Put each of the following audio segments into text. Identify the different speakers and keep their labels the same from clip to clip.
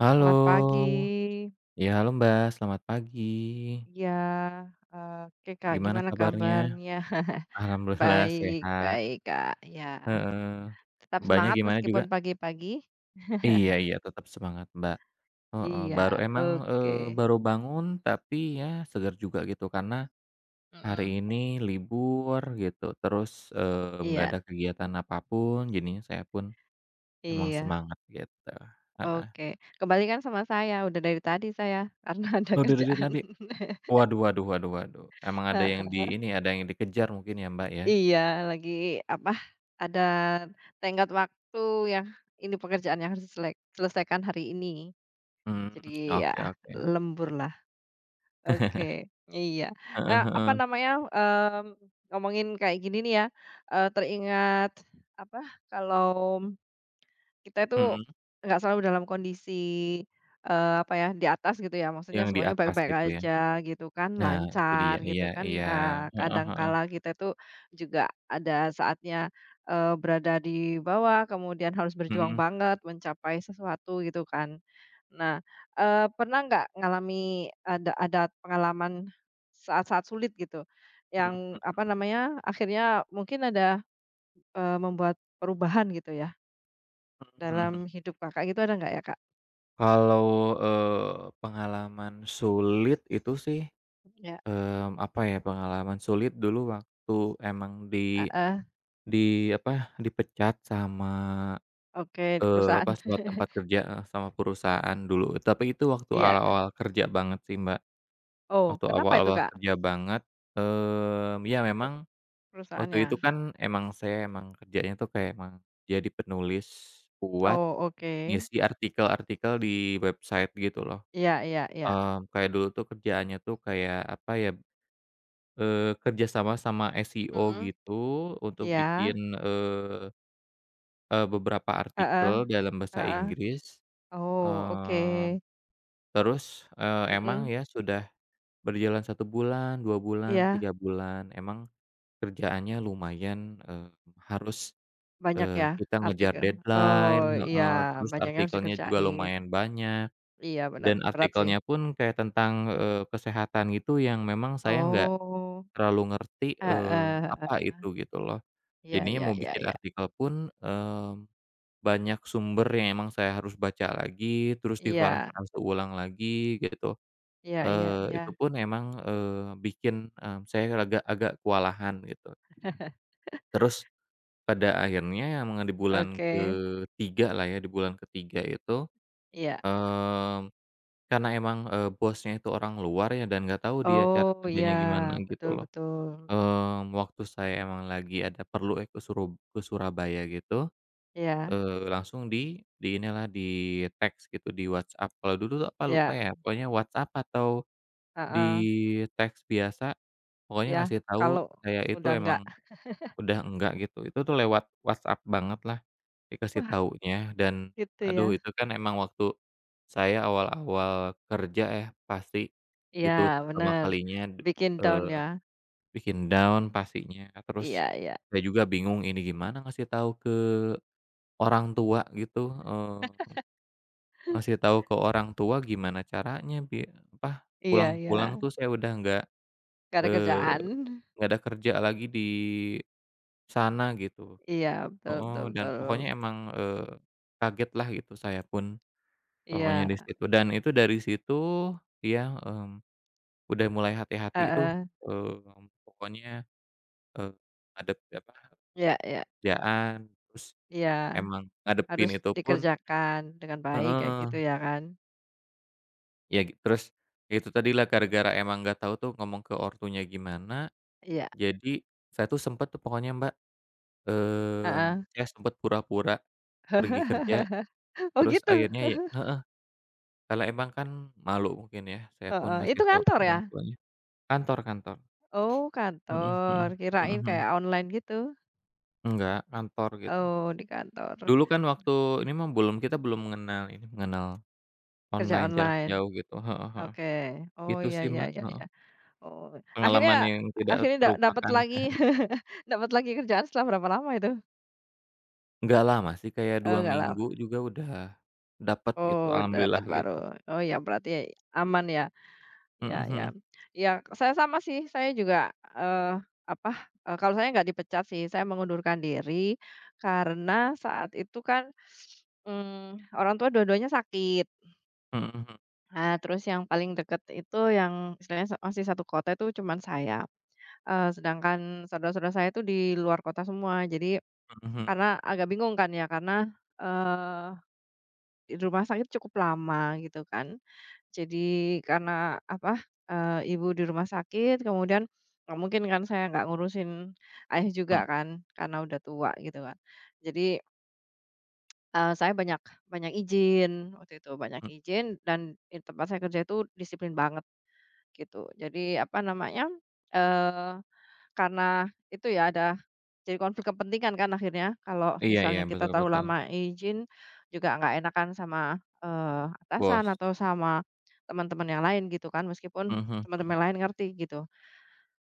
Speaker 1: Halo,
Speaker 2: Selamat pagi.
Speaker 1: halo Mbak, selamat pagi.
Speaker 2: Iya, oke, Kak,
Speaker 1: Gimana
Speaker 2: gimana
Speaker 1: kabarnya?
Speaker 2: kabarnya?
Speaker 1: Alhamdulillah
Speaker 2: Baik
Speaker 1: sehat,
Speaker 2: baik, Kak, ya.
Speaker 1: heeh.
Speaker 2: Tetap
Speaker 1: Mbaknya
Speaker 2: semangat
Speaker 1: gimana juga?
Speaker 2: meskipun pagi-pagi.
Speaker 1: Iya iya tetap semangat Mbak, heeh,
Speaker 2: Iya,
Speaker 1: baru emang,
Speaker 2: oke.
Speaker 1: baru bangun tapi ya segar juga gitu karena hari
Speaker 2: Mhm,
Speaker 1: ini libur gitu terus, nggak
Speaker 2: iya
Speaker 1: ada kegiatan apapun, jadinya saya pun emang
Speaker 2: iya,
Speaker 1: semangat gitu, heeh.
Speaker 2: oke. Kebalikan sama saya, udah dari tadi saya, karena ada
Speaker 1: Udah dari
Speaker 2: kerjaan.
Speaker 1: tadi waduh waduh waduh waduh, emang ada yang di ini, ada yang dikejar mungkin ya Mbak ya?
Speaker 2: Iya, lagi apa, ada tenggat waktu yang ini pekerjaan yang harus selesaikan hari ini.
Speaker 1: Mmm,
Speaker 2: Jadi ya,
Speaker 1: oke oke.
Speaker 2: lembur lah. Oke, iya.
Speaker 1: Heeh
Speaker 2: Apa
Speaker 1: heeh.
Speaker 2: namanya, ngomongin kayak gini nih ya, teringat apa, kalau kita itu
Speaker 1: Mhm.
Speaker 2: nggak selalu dalam kondisi, apa ya, di atas gitu ya, maksudnya
Speaker 1: Yang di
Speaker 2: semuanya
Speaker 1: atas
Speaker 2: baik-baik
Speaker 1: gitu ya?
Speaker 2: aja gitu kan,
Speaker 1: Nah itu dia,
Speaker 2: lancar
Speaker 1: iya
Speaker 2: gitu kan,
Speaker 1: iya. Heeh
Speaker 2: kadang
Speaker 1: heeh.
Speaker 2: kala kita itu juga ada saatnya, berada di bawah, kemudian harus berjuang
Speaker 1: Mhm
Speaker 2: banget mencapai sesuatu gitu kan. Nah, pernah nggak ngalami ada pengalaman saat-saat sulit gitu,
Speaker 1: mhm
Speaker 2: yang
Speaker 1: mhm
Speaker 2: apa namanya, akhirnya mungkin ada, membuat perubahan gitu ya?
Speaker 1: mhm
Speaker 2: Dalam
Speaker 1: mhm.
Speaker 2: hidup Kakak gitu ada nggak ya, Kak?
Speaker 1: Kalau, pengalaman sulit itu sih,
Speaker 2: Ya,
Speaker 1: mmm, apa ya, pengalaman sulit dulu waktu emang
Speaker 2: ah,
Speaker 1: di
Speaker 2: ah,
Speaker 1: di apa, dipecat sama,
Speaker 2: oke di
Speaker 1: apa,
Speaker 2: perusahaan.
Speaker 1: sama tempat kerja heeh, sama perusahaan dulu. Tapi itu waktu
Speaker 2: Iya.
Speaker 1: awal-awal kerja banget sih, Mbak.
Speaker 2: Oh,
Speaker 1: Waktu
Speaker 2: kenapa itu,
Speaker 1: awal-awal
Speaker 2: Kak,
Speaker 1: kerja banget, mmm, ya
Speaker 2: per
Speaker 1: memang waktu
Speaker 2: perusahaannya?
Speaker 1: itu kan emang saya emang kerjanya tuh kayak emang jadi penulis buat
Speaker 2: Oh, oke.
Speaker 1: ngisi artikel-artikel di website gitu loh.
Speaker 2: Iya iya iya.
Speaker 1: Mmm, kayak dulu tuh kerjaannya tuh kayak apa ya, kerja sama sama SEO
Speaker 2: Mhm,
Speaker 1: gitu untuk bikin,
Speaker 2: iya,
Speaker 1: eee eee, beberapa artikel
Speaker 2: ah,
Speaker 1: dalam bahasa
Speaker 2: heeh.
Speaker 1: Inggris,
Speaker 2: Oh, oke.
Speaker 1: mmm, terus, emang
Speaker 2: Mhm,
Speaker 1: ya sudah berjalan satu bulan, 2 bulan,
Speaker 2: iya,
Speaker 1: 3 bulan, emang kerjaannya lumayan, harus
Speaker 2: banyak ya
Speaker 1: Kita ngejar
Speaker 2: artikel? Oh,
Speaker 1: deadline
Speaker 2: iya
Speaker 1: heeh, terus
Speaker 2: banyak yang harus
Speaker 1: artikelnya juga
Speaker 2: dikerjain.
Speaker 1: lumayan banyak,
Speaker 2: Iya benar.
Speaker 1: dan
Speaker 2: Berat sih.
Speaker 1: artikelnya pun kayak tentang, kesehatan gitu yang memang saya nggak
Speaker 2: Oh,
Speaker 1: terlalu ngerti,
Speaker 2: ah,
Speaker 1: apa
Speaker 2: heeh.
Speaker 1: itu gitu loh.
Speaker 2: Iya
Speaker 1: Jadinya
Speaker 2: iya
Speaker 1: mau
Speaker 2: iya
Speaker 1: bikin
Speaker 2: iya.
Speaker 1: artikel pun, banyak sumber yang emang saya harus baca lagi, terus
Speaker 2: Iya,
Speaker 1: diparafrase ulang lagi gitu,
Speaker 2: iya iya iya.
Speaker 1: itu pun emang, bikin, mmm, saya agak agak kewalahan gitu. Terus pada akhirnya emang di bulan
Speaker 2: Oke,
Speaker 1: ketiga lah ya, di bulan ketiga itu,
Speaker 2: iya.
Speaker 1: mmm, karena emang, bosnya itu orang luar ya dan nggak tahu dia cara
Speaker 2: Oh, iya,
Speaker 1: kerjanya gimana gitu
Speaker 2: betul
Speaker 1: loh.
Speaker 2: betul, mhm,
Speaker 1: Mmm, waktu saya emang lagi ada perlu ya ke Surabaya gitu,
Speaker 2: iya
Speaker 1: langsung di inilah, di teks gitu di WhatsApp. Kalau dulu tuh apa lupa
Speaker 2: iya,
Speaker 1: ya, pokoknya WhatsApp atau di
Speaker 2: heeh,
Speaker 1: teks biasa, pokoknya
Speaker 2: iya,
Speaker 1: ngasih tahu
Speaker 2: kalau
Speaker 1: saya itu
Speaker 2: udah
Speaker 1: emang
Speaker 2: nggak
Speaker 1: udah enggak gitu. Itu tuh lewat WhatsApp banget lah. Dikasih
Speaker 2: wah
Speaker 1: taunya dan
Speaker 2: gitu
Speaker 1: aduh
Speaker 2: ya.
Speaker 1: itu kan emang waktu saya awal-awal kerja ya pasti
Speaker 2: Iya
Speaker 1: gitu pertama
Speaker 2: bener,
Speaker 1: kalinya,
Speaker 2: bikin down
Speaker 1: eee,
Speaker 2: ya,
Speaker 1: bikin down pastinya. Terus
Speaker 2: iya iya,
Speaker 1: saya juga bingung ini gimana ngasih tahu ke orang tua gitu, eee, ngasih tahu ke orang tua gimana caranya apa,
Speaker 2: iya iya,
Speaker 1: pulang-pulang tuh saya udah nggak,
Speaker 2: karena
Speaker 1: eee,
Speaker 2: kerjaan,
Speaker 1: nggak ada kerja lagi di sana gitu.
Speaker 2: iya betul
Speaker 1: Heeh,
Speaker 2: betul
Speaker 1: dan
Speaker 2: betul,
Speaker 1: pokoknya emang, kagetlah gitu saya pun. Pokoknya di
Speaker 2: iya,
Speaker 1: situ dan itu dari situ dia, mmm, udah mulai hati-hati itu,
Speaker 2: heeh,
Speaker 1: mmm, pokoknya, eee, ngadep apa,
Speaker 2: iya iya
Speaker 1: kerjaan, terus
Speaker 2: iya,
Speaker 1: emang ngadepin
Speaker 2: harus
Speaker 1: itu pun
Speaker 2: dikerjakan dengan baik kayak gitu
Speaker 1: heeh,
Speaker 2: ya kan?
Speaker 1: ya git terus ya itu tadilah gara-gara emang nggak tahu tuh ngomong ke ortunya gimana,
Speaker 2: Iya,
Speaker 1: jadi saya tuh sempet tuh pokoknya Mbak,
Speaker 2: heeh.
Speaker 1: mmm, saya sempet pura-pura pergi kerja,
Speaker 2: Oh
Speaker 1: terus
Speaker 2: gitu?
Speaker 1: akhirnya ya heeh, karena emang kan malu mungkin ya, saya pun
Speaker 2: Heeh,
Speaker 1: ngasih
Speaker 2: itu
Speaker 1: tahu ke
Speaker 2: kantor ya?
Speaker 1: orang tuanya kantor kantor.
Speaker 2: Oh
Speaker 1: Mhm
Speaker 2: kantor,
Speaker 1: mhm mhm
Speaker 2: kirain kayak
Speaker 1: mhm.
Speaker 2: online gitu.
Speaker 1: Enggak, kantor gitu.
Speaker 2: Oh di kantor,
Speaker 1: Dulu kan waktu ini mah belum kita belum mengenal ini, mengenal
Speaker 2: kerja
Speaker 1: online jarak
Speaker 2: online.
Speaker 1: jauh gitu, heeh heeh.
Speaker 2: Oke. Oh
Speaker 1: Itu
Speaker 2: iya
Speaker 1: sih,
Speaker 2: iya
Speaker 1: Mbak,
Speaker 2: iya
Speaker 1: heeh,
Speaker 2: iya. Oh, akhirnya
Speaker 1: pengalaman yang tidak
Speaker 2: akhirnya dapat
Speaker 1: terlupakan.
Speaker 2: lagi dapat lagi kerjaan setelah berapa lama itu?
Speaker 1: Enggak lama sih, kayak
Speaker 2: Oh
Speaker 1: 2
Speaker 2: nggak
Speaker 1: minggu
Speaker 2: lama.
Speaker 1: juga udah dapet gitu,
Speaker 2: Oh dapat
Speaker 1: alhamdulillah gitu.
Speaker 2: baru. Oh ya berarti aman ya.
Speaker 1: Mhm
Speaker 2: Ya ya.
Speaker 1: mhm,
Speaker 2: Ya saya sama sih, saya juga eh apa kalau saya nggak dipecat sih, saya mengundurkan diri karena saat itu kan orang tua dua-duanya sakit.
Speaker 1: mhm mhm,
Speaker 2: Nah, terus yang paling deket itu yang istilahnya masih satu kota itu cuman saya, sedangkan saudara-saudara saya itu di luar kota semua. Jadi
Speaker 1: mhm mhm,
Speaker 2: karena agak bingung kan ya, karena, eee, di rumah sakit cukup lama gitu kan. Jadi karena apa, ibu di rumah sakit, kemudian nggak mungkin kan saya nggak ngurusin ayah
Speaker 1: mhm
Speaker 2: juga kan, karena udah tua gitu kan. Jadi, saya banyak banyak izin waktu itu, banyak
Speaker 1: mhm.
Speaker 2: izin dan di tempat saya kerja itu disiplin banget. Gitu. Jadi apa namanya, eee, karena itu ya ada jadi konflik kepentingan kan akhirnya kalau
Speaker 1: Iya iya,
Speaker 2: misalnya kita
Speaker 1: betul
Speaker 2: terlalu
Speaker 1: betul,
Speaker 2: lama izin juga nggak enakan sama, atasan
Speaker 1: bos.
Speaker 2: atau sama teman-teman yang lain gitu kan, meskipun
Speaker 1: Mhm mhm mhm,
Speaker 2: teman-teman lain ngerti gitu.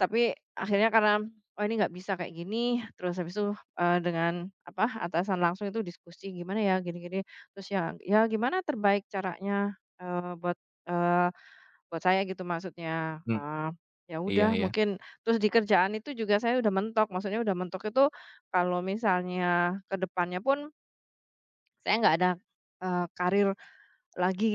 Speaker 2: Tapi akhirnya karena, "Oh ini nggak bisa kayak gini," terus habis itu, dengan apa, atasan langsung itu diskusi, "Gimana ya?" Gini gini, terus ya, "Ya gimana terbaik caranya?" Buat, eh, buat saya gitu maksudnya,
Speaker 1: mmm,
Speaker 2: ya
Speaker 1: iya
Speaker 2: udah
Speaker 1: iya,
Speaker 2: mungkin terus di kerjaan itu juga saya udah mentok, maksudnya udah mentok itu kalau misalnya ke depannya pun saya nggak ada, karir lagi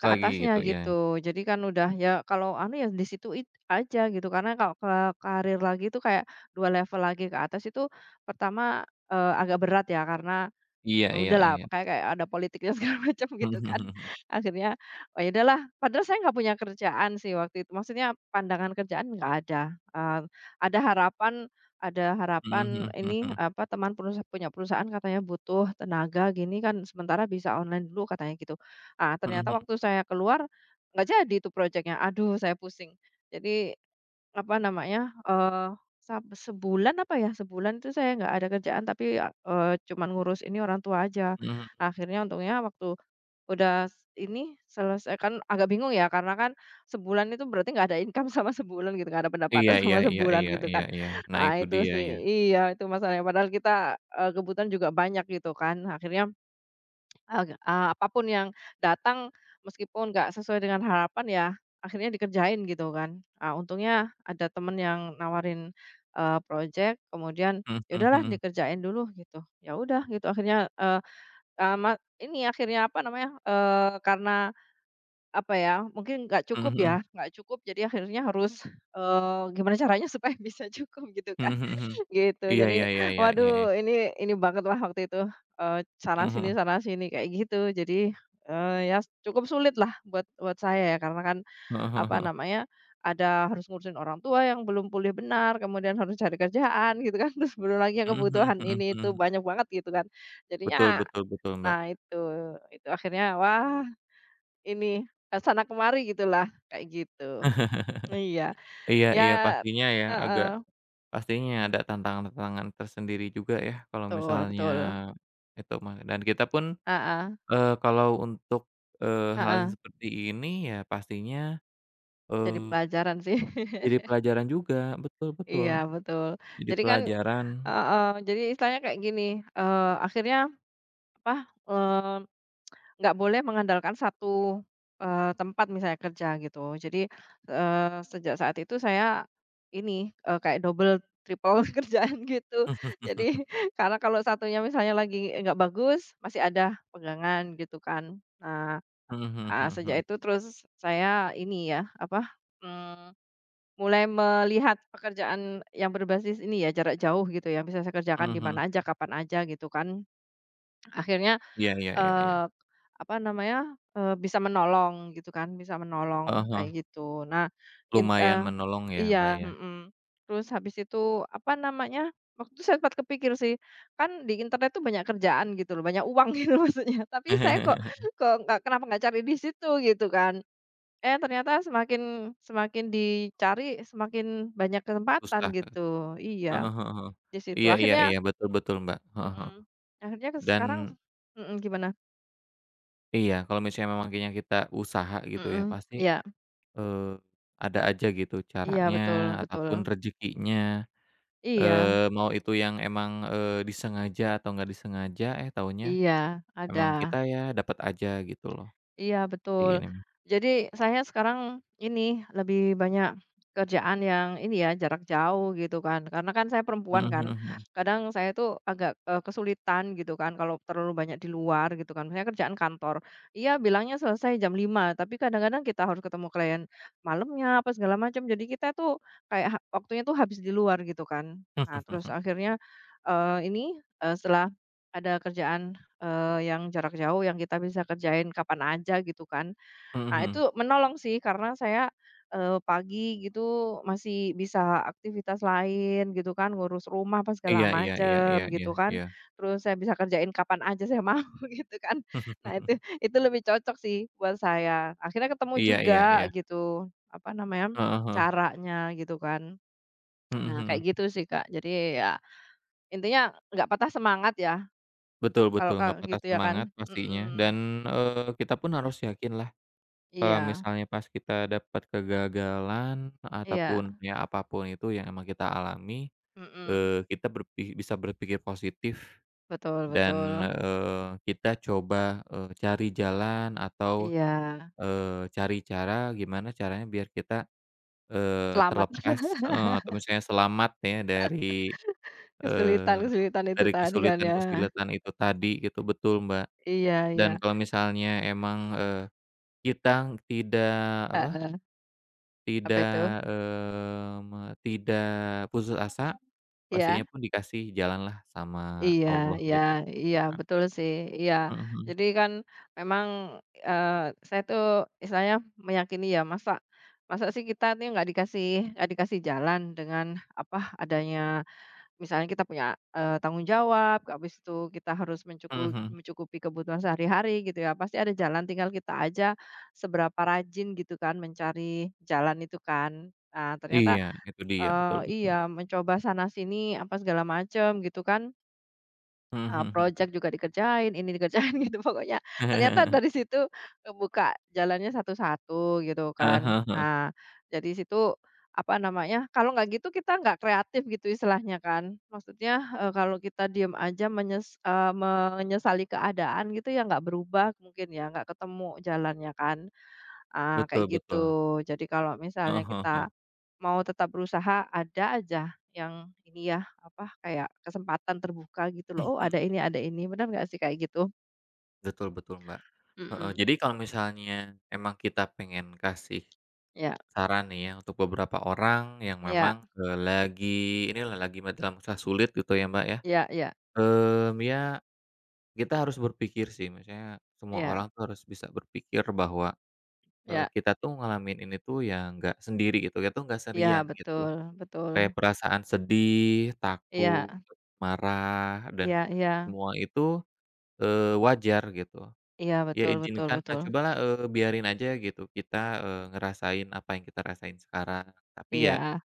Speaker 2: ke
Speaker 1: lagi
Speaker 2: atasnya
Speaker 1: gitu, iya.
Speaker 2: gitu. Jadi kan udah ya kalau anu ya di situ aja gitu, karena kalau ke karir lagi itu kayak 2 level lagi ke atas itu pertama, agak berat ya karena
Speaker 1: Iya
Speaker 2: ya
Speaker 1: iya
Speaker 2: udahlah,
Speaker 1: iya.
Speaker 2: kayak kayak ada politiknya segala macam gitu kan. Akhirnya, oh ya udahlah, padahal saya nggak punya kerjaan sih waktu itu, maksudnya pandangan kerjaan nggak ada, ada harapan ada
Speaker 1: Mhm mhm mhm,
Speaker 2: harapan
Speaker 1: mhm mhm
Speaker 2: ini,
Speaker 1: mhm mhm,
Speaker 2: apa, teman punya perusahaan katanya butuh tenaga gini kan, sementara bisa online dulu katanya gitu. Ah,
Speaker 1: mhm
Speaker 2: ternyata
Speaker 1: mhm
Speaker 2: waktu saya keluar, nggak jadi itu proyeknya. Aduh saya pusing. Jadi apa namanya, eee, sab sebulan apa ya, sebulan itu saya nggak ada kerjaan tapi, cuman ngurus ini orang tua aja.
Speaker 1: mhm.
Speaker 2: Akhirnya untungnya waktu udah ini selesai kan agak bingung ya karena kan sebulan itu berarti nggak ada income sama sebulan gitu, nggak ada
Speaker 1: Iya
Speaker 2: pendapatan
Speaker 1: iya
Speaker 2: sama
Speaker 1: iya
Speaker 2: sebulan
Speaker 1: iya
Speaker 2: gitu
Speaker 1: iya
Speaker 2: kan.
Speaker 1: iya. Nah
Speaker 2: Ah,
Speaker 1: itu
Speaker 2: itu
Speaker 1: dia
Speaker 2: sih
Speaker 1: ya.
Speaker 2: iya itu masalahnya padahal kita, kebutuhan juga banyak gitu kan. Akhirnya apa pun yang datang, meskipun nggak sesuai dengan harapan ya, akhirnya dikerjain gitu kan. Ah, untungnya ada temen yang nawarin, projek, kemudian,
Speaker 1: Mhm
Speaker 2: ya
Speaker 1: mhm
Speaker 2: udahlah
Speaker 1: mhm.
Speaker 2: dikerjain dulu gitu. Ya udah gitu akhirnya, eee, ama ini akhirnya apa namanya, karena apa ya, mungkin nggak
Speaker 1: Mhm
Speaker 2: cukup
Speaker 1: mhm.
Speaker 2: ya, nggak cukup jadi akhirnya harus, gimana caranya supaya bisa cukup gitu
Speaker 1: Mhm
Speaker 2: kan.
Speaker 1: mhm mhm.
Speaker 2: Gitu,
Speaker 1: Iya iya
Speaker 2: jadi
Speaker 1: iya iya iya iya.
Speaker 2: waduh ini banget lah waktu itu, eee,
Speaker 1: Mhm mhm.
Speaker 2: sana sini kayak gitu. Jadi, ya cukup sulit lah buat buat saya ya karena kan,
Speaker 1: Heeh heeh
Speaker 2: apa
Speaker 1: heeh.
Speaker 2: namanya, ada harus ngurusin orang tua yang belum pulih benar, kemudian harus cari kerjaan gitu kan, terus belum lagi yang
Speaker 1: Mhm
Speaker 2: kebutuhan
Speaker 1: mhm mhm
Speaker 2: ini itu
Speaker 1: mhm.
Speaker 2: banyak banget gitu kan.
Speaker 1: Betul
Speaker 2: Jadinya
Speaker 1: betul betul, Mbak.
Speaker 2: nah itu akhirnya wah ini, ke sana kemari gitulah, kayak gitu. Iya,
Speaker 1: Iya
Speaker 2: ya
Speaker 1: iya pastinya ya agak
Speaker 2: heeh,
Speaker 1: pastinya ada tantangan-tantangan tersendiri juga ya kalau
Speaker 2: betul
Speaker 1: misalnya
Speaker 2: betul.
Speaker 1: itu mah dan kita pun,
Speaker 2: Heeh
Speaker 1: kalau untuk, hal yang
Speaker 2: heeh.
Speaker 1: seperti ini ya pastinya,
Speaker 2: Jadi
Speaker 1: eee,
Speaker 2: pelajaran sih.
Speaker 1: jadi pelajaran juga. Betul betul,
Speaker 2: Iya betul.
Speaker 1: jadi
Speaker 2: Jadi kan
Speaker 1: pelajaran.
Speaker 2: heeh, jadi istilahnya kayak gini, akhirnya apa, eee, nggak boleh mengandalkan satu, tempat misalnya kerja gitu. Jadi, sejak saat itu saya ini, kayak double, triple kerjaan gitu. Jadi karena kalau satunya misalnya lagi nggak bagus, masih ada pegangan gitu kan. Nah,
Speaker 1: Mhm mhm mhm
Speaker 2: sejak
Speaker 1: mhm.
Speaker 2: itu terus saya ini ya, apa, mmm mulai melihat pekerjaan yang berbasis ini ya, jarak jauh gitu ya, bisa saya
Speaker 1: Mhm
Speaker 2: kerjakan di
Speaker 1: mhm.
Speaker 2: mana aja, kapan aja gitu kan. Akhirnya,
Speaker 1: Iya iya iya iya.
Speaker 2: eee, apa namanya, bisa menolong gitu kan, bisa
Speaker 1: Heeh
Speaker 2: menolong
Speaker 1: heeh.
Speaker 2: kayak gitu. Nah, in
Speaker 1: Lumayan
Speaker 2: eee,
Speaker 1: menolong ya, Mbak,
Speaker 2: iya,
Speaker 1: ya.
Speaker 2: mhm. Terus habis itu, apa namanya, waktu itu saya sempat kepikir sih, kan di internet tuh banyak kerjaan gitu loh, banyak uang gitu maksudnya, tapi saya kok kok nggak kenapa nggak cari di situ gitu kan. Eh, ternyata semakin semakin dicari, semakin banyak kesempatan
Speaker 1: Susah, Kak.
Speaker 2: gitu. Iya,
Speaker 1: Heeh heeh heeh.
Speaker 2: di situ.
Speaker 1: Iya iya
Speaker 2: Akhirnya
Speaker 1: iya, betul betul, Mbak. Heeh heeh.
Speaker 2: mhm, akhirnya ke
Speaker 1: Dan
Speaker 2: sekarang mhm, gimana?
Speaker 1: iya, kalau misalnya memang kayaknya kita usaha gitu ya,
Speaker 2: Mhm,
Speaker 1: pasti,
Speaker 2: iya
Speaker 1: eee, ada aja gitu
Speaker 2: iya,
Speaker 1: caranya
Speaker 2: betul betul.
Speaker 1: ataupun rezekinya,
Speaker 2: Iya
Speaker 1: mau itu yang emang, disengaja atau nggak disengaja, eh taunya
Speaker 2: iya, ada.
Speaker 1: emang kita ya dapat aja gitu loh,
Speaker 2: Iya
Speaker 1: kayak
Speaker 2: betul.
Speaker 1: gini, Mbak.
Speaker 2: Jadi saya sekarang ini lebih banyak kerjaan yang ini ya jarak jauh gitu kan. Karena kan saya perempuan
Speaker 1: Mhm
Speaker 2: kan.
Speaker 1: mhm mhm.
Speaker 2: Kadang saya tuh agak, kesulitan gitu kan kalau terlalu banyak di luar gitu kan. Misalnya kerjaan kantor, iya bilangnya selesai jam 5, tapi kadang-kadang kita harus ketemu klien malamnya apa segala macam. Jadi kita tuh kayak waktunya tuh habis di luar gitu kan.
Speaker 1: Mhm
Speaker 2: Nah terus
Speaker 1: mhm.
Speaker 2: akhirnya, ini, setelah ada kerjaan yang jarak jauh yang kita bisa kerjain kapan aja gitu kan. Nah itu menolong sih karena saya, pagi gitu masih bisa aktivitas lain gitu kan, ngurus rumah apa segala
Speaker 1: Iya iya iya iya
Speaker 2: macem
Speaker 1: iya
Speaker 2: gitu kan.
Speaker 1: iya.
Speaker 2: Terus saya bisa kerjain kapan aja saya mau gitu kan. Nah itu lebih cocok sih buat saya. Akhirnya ketemu
Speaker 1: Iya iya iya.
Speaker 2: juga gitu, apa namanya,
Speaker 1: Heeh heeh.
Speaker 2: caranya gitu kan.
Speaker 1: Mhm
Speaker 2: Nah kayak
Speaker 1: mhm.
Speaker 2: gitu sih Kak. Jadi ya intinya nggak patah semangat ya
Speaker 1: Betul
Speaker 2: kalau
Speaker 1: betul, nggak
Speaker 2: Kakak
Speaker 1: patah
Speaker 2: gitu ya
Speaker 1: semangat
Speaker 2: kan?
Speaker 1: pastinya
Speaker 2: Mhm.
Speaker 1: dan, kita pun harus yakin lah kalau
Speaker 2: Iya
Speaker 1: misalnya pas kita dapat kegagalan
Speaker 2: iya.
Speaker 1: ataupun ya apapun itu yang emang kita alami,
Speaker 2: Mhm.
Speaker 1: kita bisa berpikir positif
Speaker 2: Betul
Speaker 1: dan,
Speaker 2: betul.
Speaker 1: kita coba, cari jalan atau,
Speaker 2: Iya.
Speaker 1: cari cara gimana caranya biar kita,
Speaker 2: Selamat
Speaker 1: terlepas, atau misalnya selamat ya dari Eee,
Speaker 2: kesulitan-kesulitan itu
Speaker 1: dari
Speaker 2: tadi kan ya.
Speaker 1: kesulitan-kesulitan itu tadi gitu, betul, Mbak.
Speaker 2: Iya iya.
Speaker 1: Dan kalau misalnya emang, kita tidak apa,
Speaker 2: Heeh. Apa
Speaker 1: tidak,
Speaker 2: itu?
Speaker 1: eee, me tidak putus asa, pastinya
Speaker 2: Iya?
Speaker 1: pun dikasih jalan lah sama
Speaker 2: Iya
Speaker 1: Allah
Speaker 2: iya
Speaker 1: gitu,
Speaker 2: iya,
Speaker 1: ya kan.
Speaker 2: betul sih, iya.
Speaker 1: Mhm mhm.
Speaker 2: Jadi kan memang, eee, saya tuh istilahnya meyakini ya, masa masa sih kita nih nggak dikasih jalan dengan apa adanya. Misalnya kita punya, tanggung jawab, habis itu kita harus
Speaker 1: Mhm mhm.
Speaker 2: mencukupi kebutuhan sehari-hari gitu ya, pasti ada jalan tinggal kita aja seberapa rajin gitu kan mencari jalan itu kan. Nah ternyata,
Speaker 1: Iya, itu dia, betul
Speaker 2: eee
Speaker 1: betul.
Speaker 2: iya mencoba sana sini apa segala macem, gitu kan.
Speaker 1: Mhm mhm mhm.
Speaker 2: Projek juga dikerjain, ini dikerjain gitu pokoknya ternyata dari situ kebuka jalannya satu-satu gitu
Speaker 1: Heeh
Speaker 2: kan.
Speaker 1: heeh heeh.
Speaker 2: Nah, dari situ, apa namanya, kalau nggak gitu kita nggak kreatif gitu istilahnya kan. Maksudnya, kalau kita diem aja menyesali keadaan gitu ya nggak berubah mungkin ya, nggak ketemu jalannya kan, kayak
Speaker 1: Betul
Speaker 2: gitu.
Speaker 1: betul.
Speaker 2: Jadi kalau misalnya
Speaker 1: Heeh heeh heeh.
Speaker 2: kita mau tetap berusaha, ada aja yang ini ya, apa, kayak kesempatan terbuka gitu loh, "Oh, ada ini ada ini." Benar nggak sih kayak gitu?
Speaker 1: Betul betul, Mbak. Heeh,
Speaker 2: Mhm.
Speaker 1: jadi kalau misalnya emang kita pengen kasih
Speaker 2: Ya
Speaker 1: saran nih ya untuk beberapa orang yang
Speaker 2: ya
Speaker 1: memang, lagi inilah lagi dalam masa sulit gitu ya, Mbak, ya,
Speaker 2: ya ya
Speaker 1: mmm, ya kita harus berpikir sih misalnya semua
Speaker 2: ya
Speaker 1: orang tuh harus bisa berpikir bahwa,
Speaker 2: iya
Speaker 1: kita tuh ngalamin ini tuh ya nggak sendiri gitu, kita tuh nggak
Speaker 2: iya,
Speaker 1: sendirian gitu.
Speaker 2: betul betul.
Speaker 1: Kayak perasaan sedih,
Speaker 2: Iya
Speaker 1: takut, marah, dan
Speaker 2: iya iya
Speaker 1: semua itu, wajar gitu.
Speaker 2: iya,
Speaker 1: Ya
Speaker 2: betul betul
Speaker 1: izinkan ah,
Speaker 2: betul.
Speaker 1: cobalah, biarin aja gitu kita, ngerasain apa yang kita rasain sekarang, tapi ya
Speaker 2: Iya,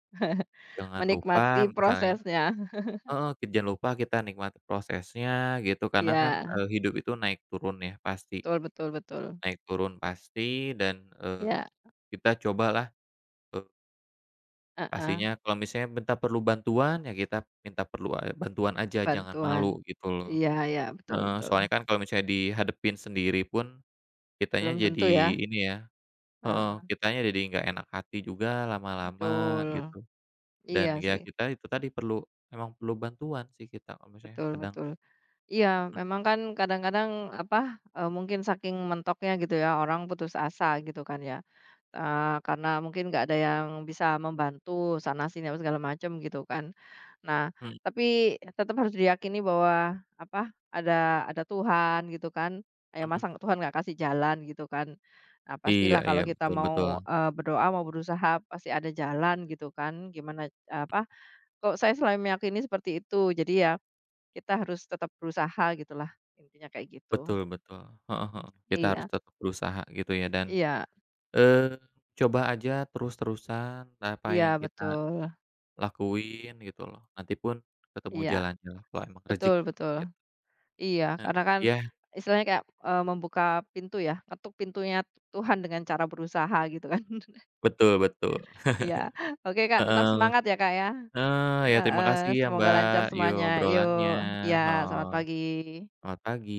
Speaker 1: jangan lupa
Speaker 2: menikmati
Speaker 1: misalnya
Speaker 2: prosesnya.
Speaker 1: heeh, jangan lupa kita nikmati prosesnya gitu karena kan,
Speaker 2: Iya,
Speaker 1: hidup itu naik turun ya pasti,
Speaker 2: betul betul betul.
Speaker 1: naik turun pasti dan, eee,
Speaker 2: Iya,
Speaker 1: kita cobalah, eee,
Speaker 2: heeh,
Speaker 1: pastinya kalau misalnya minta perlu bantuan ya kita minta perlu a bantuan aja jangan
Speaker 2: bantuan.
Speaker 1: malu gitu loh.
Speaker 2: Iya iya, betul
Speaker 1: Heeh,
Speaker 2: betul.
Speaker 1: soalnya kan kalau misalnya dihadapin sendiri pun kitanya
Speaker 2: Belum
Speaker 1: jadi
Speaker 2: tentu ya,
Speaker 1: ini ya heeh,
Speaker 2: heeh,
Speaker 1: kitanya jadi nggak enak hati juga lama-lama
Speaker 2: betul.
Speaker 1: gitu dan
Speaker 2: Iya
Speaker 1: ya
Speaker 2: sih,
Speaker 1: kita itu tadi perlu, emang perlu bantuan sih kita kalau misalnya
Speaker 2: betul
Speaker 1: kadang.
Speaker 2: betul. Iya, memang kan kadang-kadang apa, mungkin saking mentoknya gitu ya, orang putus asa gitu kan ya, karena mungkin nggak ada yang bisa membantu sana-sini apa segala macam gitu kan. Nah,
Speaker 1: Mhm
Speaker 2: tapi tetap harus diyakini bahwa apa, ada Tuhan gitu kan, ya masa
Speaker 1: mhm.
Speaker 2: nggak- Tuhan nggak kasih jalan gitu kan. Nah,
Speaker 1: Iya
Speaker 2: pastilah kalau
Speaker 1: iya,
Speaker 2: kita
Speaker 1: betul betul.
Speaker 2: mau, berdoa, mau berusaha pasti ada jalan gitu kan, gimana apa, kok saya selalu meyakini seperti itu. Jadi ya kita harus tetap berusaha gitulah, intinya kayak gitu.
Speaker 1: Betul betul. Heeh heeh. Kita harus
Speaker 2: Iya
Speaker 1: tetap berusaha gitu ya dan,
Speaker 2: iya
Speaker 1: eee, coba aja terus-terusan apa
Speaker 2: iya
Speaker 1: yang kita
Speaker 2: betul,
Speaker 1: lakuin gitu loh, nanti pun ketemu
Speaker 2: iya,
Speaker 1: jalannya lah kalau emang
Speaker 2: betul
Speaker 1: rezeki
Speaker 2: betul.
Speaker 1: gitu.
Speaker 2: Iya,
Speaker 1: Heeh.
Speaker 2: karena kan
Speaker 1: Iya,
Speaker 2: istilahnya kayak, membuka pintu ya, ketuk pintunya Tuhan dengan cara berusaha gitu kan.
Speaker 1: betul betul.
Speaker 2: Iya. Oke Kak, tetap
Speaker 1: Heeh.
Speaker 2: semangat ya Kak ya.
Speaker 1: Ya terima
Speaker 2: Heeh,
Speaker 1: kasih ya
Speaker 2: semoga
Speaker 1: Mbak,
Speaker 2: lancar
Speaker 1: yuk
Speaker 2: semuanya.
Speaker 1: obrolannya.
Speaker 2: Yuk, ya
Speaker 1: Heeh.
Speaker 2: selamat pagi.
Speaker 1: Selamat pagi.